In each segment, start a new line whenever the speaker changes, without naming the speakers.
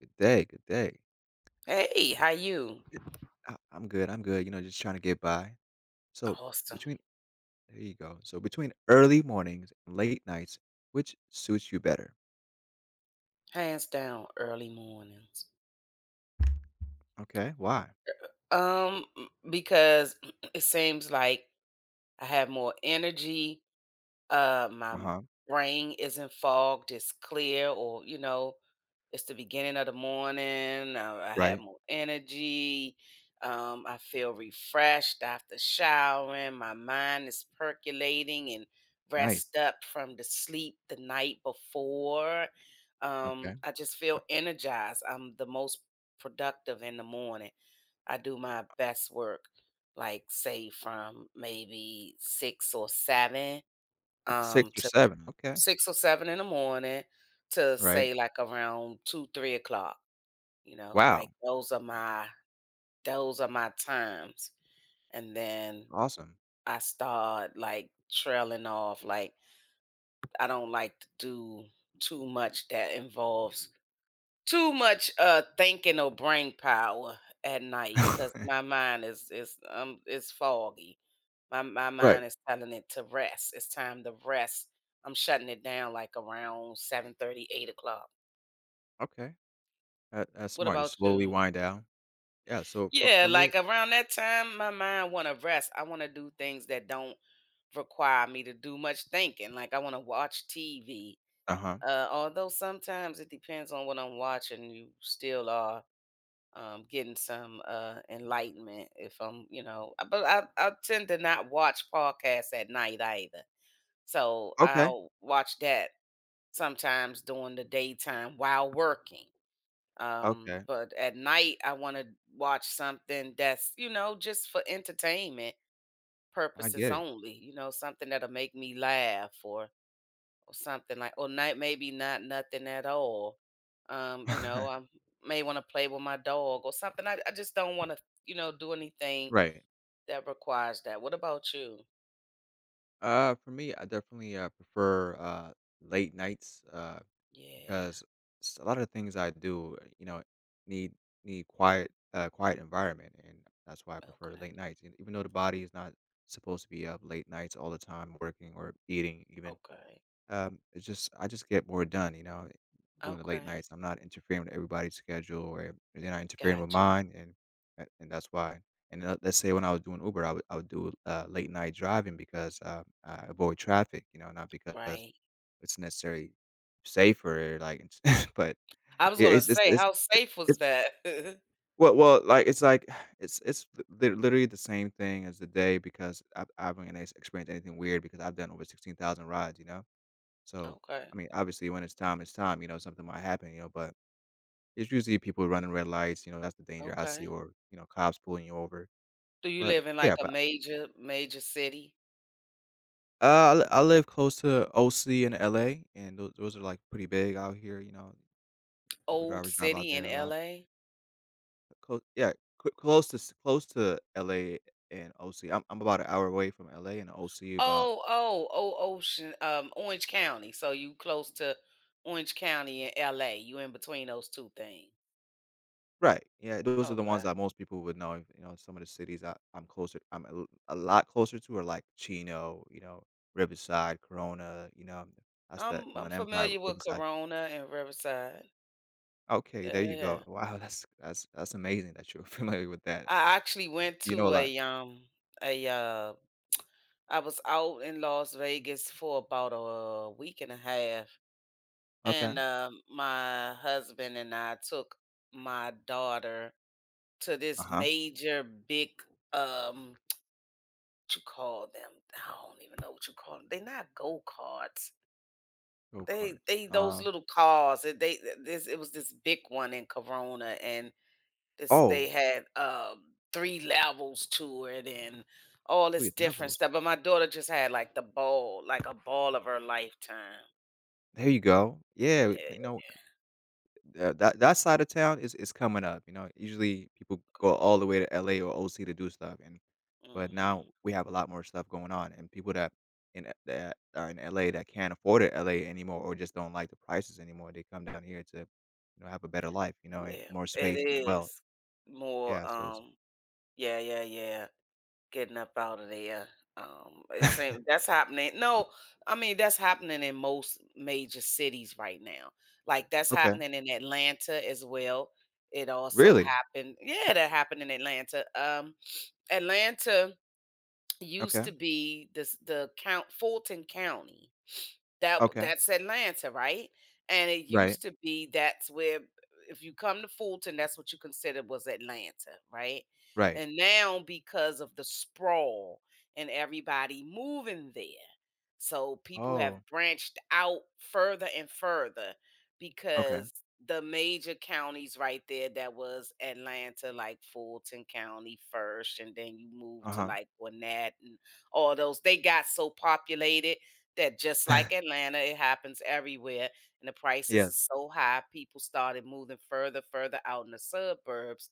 Good day, good day.
Hey, how you?
Eh, I'm good, I'm good, you know, just trying to get by. So,
Awesome.
between There you go. So, between early mornings and late nights, which suits you better?
Hands down, early mornings.
Okay, why?
Because it seems like I have more energy. Uh, my m-
Uh-huh,
brain isn't fogged; it's clear, or you know, it's the beginning of the morning. I have
right.
more energy. I feel refreshed after showering. My mind is percolating and
Nice,
rest up from the sleep the night before.
okay.
I just feel energized. I'm the most productive in the morning. I do my best work, like say from maybe six or seven
6 or
to f-
7, okay,
6 or 7 in the morning to
right.
say, like, around 2, 3 o'clock, you know, like,
Wow,
those are my times, and then
awesome.
I start, like, trailing off, like, I don't like to do too much that involves too much, thinking or brain power at night, cause my mind is is, um, is foggy. My
Right,
mind is telling it to rest. It's time to rest. I'm shutting it down like around 7:30, 8 o'clock.
okay. That's
What
smart, you
about
slowly
you?
wind down. Yeah, so for
Yeah,
for me
like around that time, my mind want to rest. I want to do things that don't require me to do much thinking. Like I want to watch TV.
uh-huh.
Although sometimes it depends on what I'm watching, you still are getting some enlightenment. If I'm, you know, but I tend to not watch podcasts at night either. So
Okay,
I'll watch that sometimes during the daytime while working.
okay,
But at night, I want to watch something that's, you know, just for entertainment
I
purposes
get it.
only, you know, something that'll make me laugh, or something like, or night, maybe not nothing at all. You know, I may want to play with my dog or something. I just don't want to, you know, do anything
Right.
that requires that. What about you?
For me, I definitely prefer late nights,
Yeah.
because a lot of things I do, you know, need need quiet, quiet environment, and that's why I prefer
Okay.
late nights. And even though the body is not supposed to be up late nights all the time, working or eating, even
Okay.
it's just I just get more done, you know, doing the late
Okay.
nights. I'm not interfering with everybody's schedule or they're not interfering with
Gotcha.
mine, and and that's why. And let's say when I was doing Uber, I would do late night driving because I avoid traffic, you know, not because
Right.
it's necessarily safer, like, but
I was
yeah,
gonna say, how safe was
it's
that?
like it's like it's it's literally the same thing as the day because I haven't experienced anything weird because I've done over 16,000 rides, you know. So,
Okay,
I mean, obviously, when it's time, it's time. You know, something might happen. You know, but it's usually people running red lights. You know, that's the danger I see,
okay.
or you know, cops pulling you over.
Do you
But
live in, like,
yeah,
a
but
major, major city?
I live close to OC and LA, and those are like pretty big out here. You know, Uber
Old
drivers drive out
city in
there a lot.
LA?
Close, yeah, close to LA and OC. I'm about an hour away from LA and OC, about
Oh, oh, oh, Ocean, Orange County, so you close to Orange County and LA, you in between those 2 things.
right. Yeah, those are the ones
Okay.
that most people would know. You know, some of the cities I'm closer, a lot closer to are like Chino, you know, Riverside, Corona. You know, that's the
I'm
Inland Empire,
familiar with
Riverside.
Corona and Riverside.
Okay,
Yeah,
there
yeah,
you go.
yeah.
Wow, that's amazing that you're familiar with that.
I actually went
You know a
to
lot.
a, a, uh I was out in Las Vegas for about a week and a half.
Okay.
And, my husband and I took my daughter to
Uh
this
huh.
major big, um what you call them? I don't even know what you call them. 'Em. They're not go-karts.
Go kart.
They those
Um.
little cars that they, this it was this big one in Corona, and this they
Oh,
had, 3 levels to it and all this
three
different
levels.
stuff, but my daughter just had, like, the ball, like a ball of her lifetime.
There you go. Yeah.
Yeah,
You know, yeah, that that side of town is coming up, you know? Usually people
okay.
go all the way to LA or OC to do stuff, and but now
Mhm.
we have a lot more stuff going on, and people that in a that are in LA that can't afford it LA anymore or just don't like the prices anymore, they come down here to, you know, have a better life, you know, and
Yeah,
more
it
space as well.
is more,
Yeah, so it's
yeah, yeah, yeah, getting up out of there, it seem that's happening, no, I mean, that's happening in most major cities right now, like, that's
okay.
happening in Atlanta as well, it also
Really?
happened yeah, that happened in Atlanta, Atlanta used
Okay,
to be this the count Fulton County, that
okay.
that's Atlanta, right? And it
Right,
used to be that's where if you come to Fulton, that's what you considered was Atlanta, right?
right.
And now because of the sprawl and everybody moving there, so people have
Oh,
branched out further and further
okay.
because the major counties right there that was Atlanta, like Fulton County first, and then you move to
Uh-huh.
like Gwinnett and all those, they got so populated that just like Atlanta, it happens everywhere, and the prices
Yes.
are so high, people started moving further, further out in the suburbs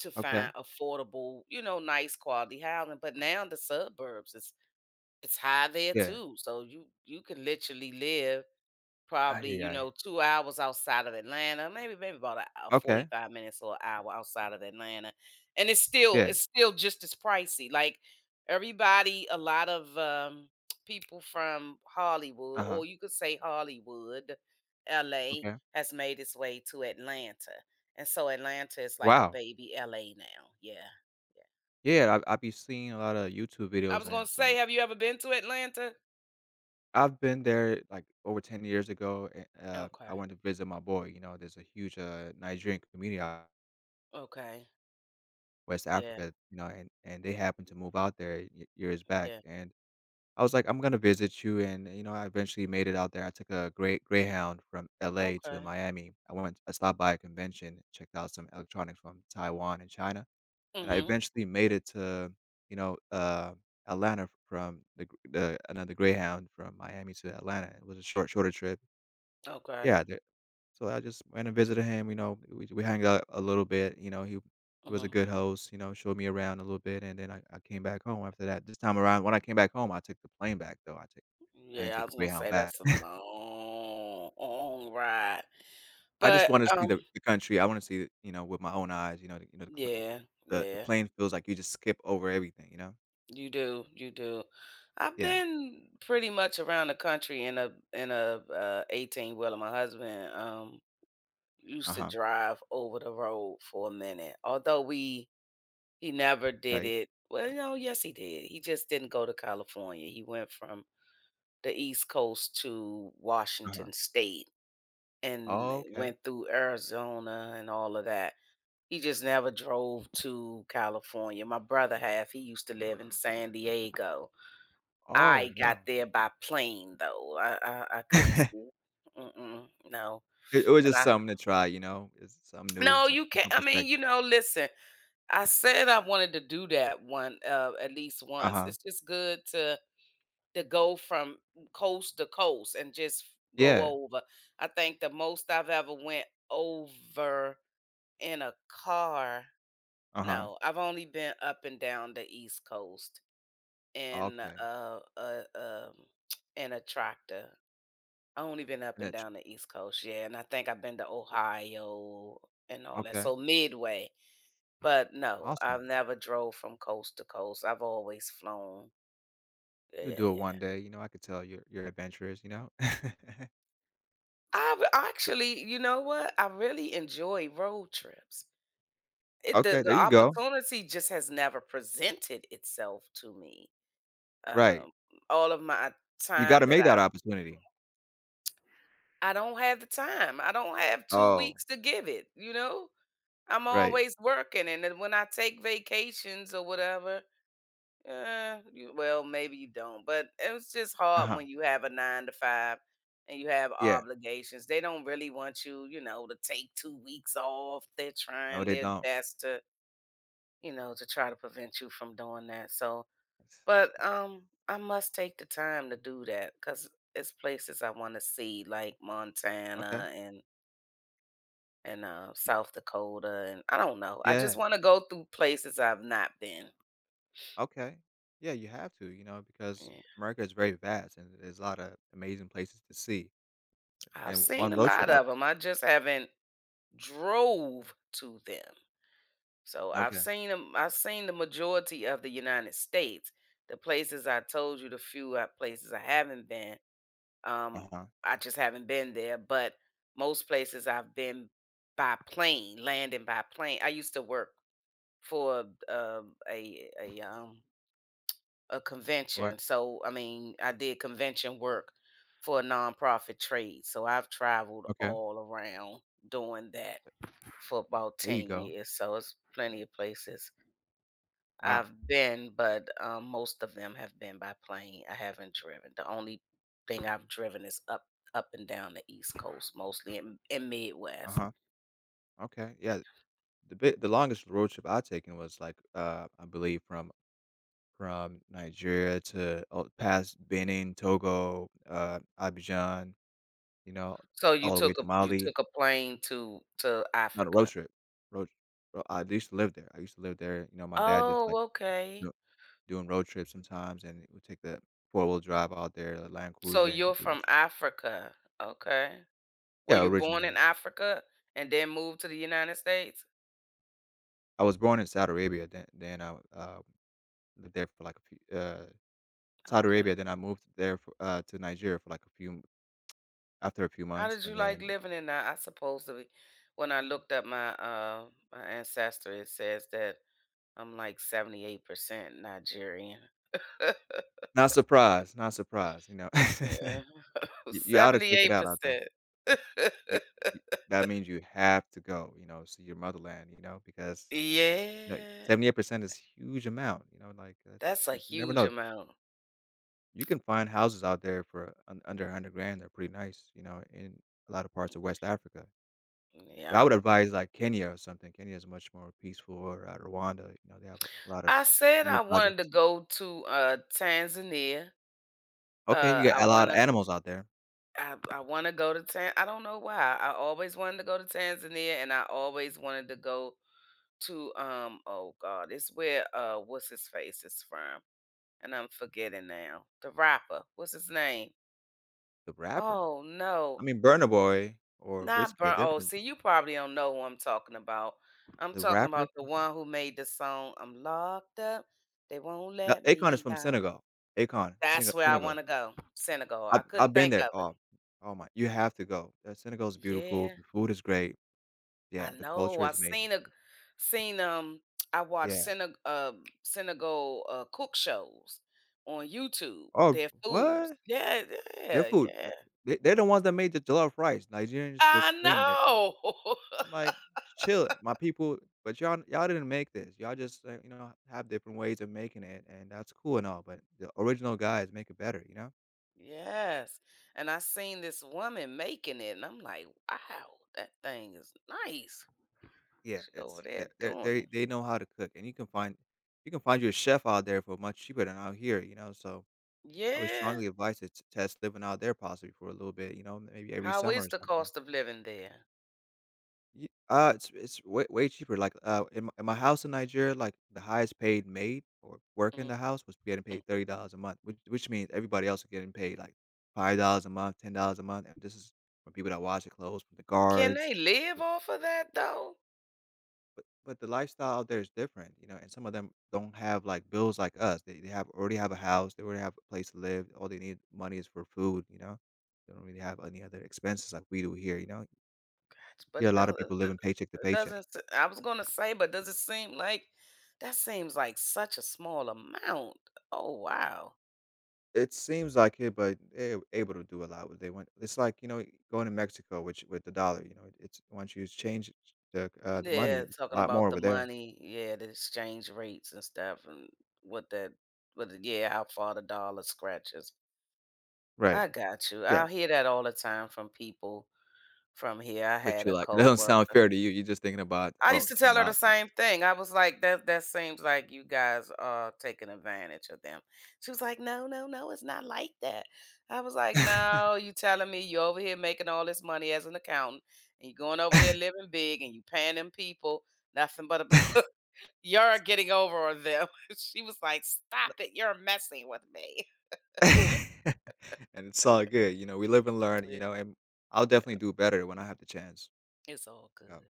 to
Okay.
find affordable, you know, nice quality housing, but now the suburbs, it's high there
Yeah.
too, so you can literally live
Ay,
probably,
yi,
you
yi.
know, 2 hours outside of Atlanta, maybe about a hou
Okay.
45 minutes or an hour outside of Atlanta, and it's still
Yeah.
it's still just as pricey, like, everybody a lot of, people from Hollywood,
Uh-huh.
or you could say Hollywood, LA,
Okay.
has made its way to Atlanta, and so Atlanta is like a
Wow.
baby LA now, yeah, yeah.
Yeah, I've been seeing a lot of YouTube
I
videos
was gonna
and
say,
some
have you ever been to Atlanta?
I've been there, like, over 10 years ago, and, I
Okay,
went to visit my boy, you know, there's a huge, Nigerian community out
okay,
West
yeah,
Africa, you know, and they happened to move out there y years back,
yeah,
and I was like, "I'm gonna visit you," and, you know, I eventually made it out there. I took a great Greyhound from LA to
okay,
Miami. I stopped by a convention, checked out some electronics from Taiwan and China, and I
mhm,
eventually made it to, you know, Atlanta, from the gr the another Greyhound from Miami to Atlanta. It was a shorter trip.
okay,
Yeah, the so I just went and visited him, you know, we hung out a little bit, you know, he was a
mhm.
good host, you know, showed me around a little bit, and then I came back home after that. This time around, when I came back home, I took the plane back, though. I took, I didn't
Yeah, I
take the
was gonna
Greyhound
say
back.
that's a long, long ride,
I just
but,
wanna see the country. I wanna see it, you know, with my own eyes, you know,
yeah,
the
yeah,
plane feels like you just skip over everything, you know?
you do, you do. I've
Yeah.
been pretty much around the country in a 18-wheeler. My husband, used to
Uh-huh.
drive over the road for a minute, although we he never did
Right.
it well, no, yes, he did. He just didn't go to California. He went from the East Coast to
Uh-huh.
Washington State and
Oh, okay.
went through Arizona and all of that. He just never drove to California. My brother half he used to live in San Diego. I
Oh,
got
wow.
there by plane though. I couldn't see. Mm-mm, no.
It was
And
just
I
something to try, you know? It's something new,
no,
some
you can't.
different
I mean, you
perspective.
know, listen, I said I wanted to do that one at least once.
Uh-huh.
It's just good to go from coast to coast and just go
Yeah.
over. I think the most I've ever went over in a car.
Uh-huh.
No, I've only been up and down the East Coast in
Okay.
a in a tractor. I only been up
And
and
that's
down the East Coast, yeah, and I think I've been to Ohio and all that,
okay.
so Midway. But no, I've
Awesome.
never drove from coast to coast. I've always flown.
You'll
Yeah,
do it
yeah.
one day, you know, I could tell you're adventurous, you know?
I've
So
actually, you know what? I really enjoy road trips. It,
okay,
the
there you go.
opportunity just has never presented itself to me.
Right.
Um, all of my
You
time
gotta
that
make that
I've,
opportunity.
I don't have the time. I don't have 2
Oh,
weeks to give it, you know? I'm
right.
always working, and then when I take vacations or whatever, you well, maybe you don't, but it's just hard
Uh-huh.
when you have a 9 to 5 and you have
Yeah.
obligations. They don't really want you, you know, to take 2 weeks off. They're
No,
trying
they
their
don't.
best to, you know, to try to prevent you from doing that, so but, I must take the time to do that because it's places I wanna see, like
Okay.
Montana and,
Y
South Dakota, and I don't know. I just
Yeah.
wanna go through places I've not been.
Okay. Yeah, you have to, you know, because
Yeah,
America is very vast and there's a lot of amazing places to see.
I've
And
seen
one
a
road trip
lot
up
of them. I just haven't drove to them. So I've
okay,
seen them. 'Em I've seen the majority of the United States. The places I told you, the few, places I haven't been, um,
uh-huh.
I just haven't been there, but most places I've been by plane, landing by plane. I used to work for, a
What?
convention. So, I mean, I did convention work for a nonprofit trade. So I've traveled
Okay,
all around doing that for about
there you
10
go,
years. So it's plenty of places
wow,
I've been, but most of them have been by plane. I haven't driven. The only thing I've driven is up and down the East Coast mostly in Midwest.
uh-huh, okay, yeah, the longest road trip I've taken was, like, I believe from Nigeria to all past Benin, Togo, Abidjan, you know,
so you
all the way
took
to
a you
Mali.
took a plane to
Not a road
Africa.
trip, road ro I used to live there, I used to live there, you know, my dad just, like,
Oh,
you
okay.
know, doing road trips sometimes, and we take the four-wheel drive out there, the Land
So
Cruiser, and
you're
we
from
just
Africa. Okay. Were
yeah,
you born in
originally
Africa and then moved to the United States?
I was born in Saudi Arabia, lived there for like a few, Saudi
Okay.
Arabia, then I moved to Nigeria for like a few, after a few
How
months,
did you
and
like
then
living in that? I supposedly, when I looked up my ancestry, it says that I'm like 78% Nigerian.
not surprised, not surprised, you know?
Yeah.
You ought to check it out out there.
78%.
You you that means you have to go, you know, see your motherland, you know, because, you know,
Yeah,
78% is huge amount, you know, like,
that's
that's
a
you you never
huge
know.
amount.
You can find houses out there for un under 100 grand, they're pretty nice, you know, in a lot of parts of West Africa. But I
Yeah.
would advise, like, Kenya or something. Kenya is much more peaceful, or, Rwanda, you know, they have a lot of
I said
new
I wanted to
projects.
go to Tanzania.
Okay,
Uh
you
I
got a lot
want
of
to
animals out there.
I wanna go to Tan, I don't know why. I always wanted to go to Tanzania, and I always wanted to go to, oh god, it's where, what's his face is from, and I'm forgetting now. The rapper, what's his name?
The rapper.
Oh,
I
no,
mean, Burna Boy or
not
Wizkid,
Burn,
they're
oh,
from
see, you probably don't know who I'm talking about. I'm
the
talking about
rapper
the one who made the song, "I'm locked up, they won't
no,
let
Akon is
me
from
out."
Senegal. Akon,
That's
Sena
where I
Senegal.
wanna go, Senegal. I couldn't
I've been
think
there.
of it.
Oh, oh my, you have to go. Senegal is beautiful,
Yeah.
the food is great.
I
Yeah, the
know.
culture
I
is amazing.
seen a seen I watch
Yeah.
Senegal cook shows on YouTube.
Oh,
Their foods.
what?
Yeah,
Their
yeah,
food,
yeah.
eh, they they're the ones that made the jollof rice. Nigerians just
I
claiming it.
know.
I'm like, "Chill, it, my people, but y'all didn't make this. Y'all just, you know, have different ways of making it, and that's cool and all, but the original guys make it better, you know?"
yes. And I seen this woman making it and I'm like, wow, that thing is nice.
Yeah,
She over
it's yeah,
there
they
doing
they
it.
they know how to cook, and you can find you a chef out there for much cheaper than out here, you know, so I would
Yeah.
strongly advise to t test living out there possibly for a little bit, you know, maybe every
How
summer
is
or
the
something.
cost of living there?
Ye It's way cheaper, like, in my house in Nigeria, like, the highest paid maid or worker in
Mhm.
the house was getting paid $30 a month, which means everybody else is getting paid, like, $5 a month, $10 a month, and this is from people that wash the clothes, from the
Can they
guards,
live
y
off of that though?
but the lifestyle out there is different, you know, and some of them don't have, like, bills like us, they have already have a house, they already have a place to live, all they need money is for food, you know? They don't really have any other expenses like we do here, you know?
But
Here, a
it
lot of
don't it
people
it
living paycheck to
it
paycheck.
doesn't s, I was gonna say, but does it seem like that seems like such a small amount. Oh, wow.
It seems like it, but they're able to do a lot what they want. It's like, you know, going to Mexico, which with the dollar, you know, it's once you change the money,
Yeah,
it's a
talking
lot more
about the
over there.
money, yeah, the exchange rates and stuff and what that what the yeah, how far the dollar scratches.
Right.
I got you.
Yeah.
I hear that all the time from people from here. I
But
had
you
a
like, "That don't sound
coworker
fair to you." You're just thinking about,
I
"Oh,
used to
it's
tell her the
not."
same thing. I was like, that that seems like you guys are taking advantage of them. She was like, no, no, no, it's not like that. I was like, no, you telling me you over here making all this money as an accountant and you're going over there living big and you paying them people nothing but about you're getting over on them. she was like, stop it, you're messing with me.
And it's all good, you know, we live and learn, you
Yeah,
know, and I'll
yeah.
definitely do better when I have the chance.
It's all
Yeah.
good.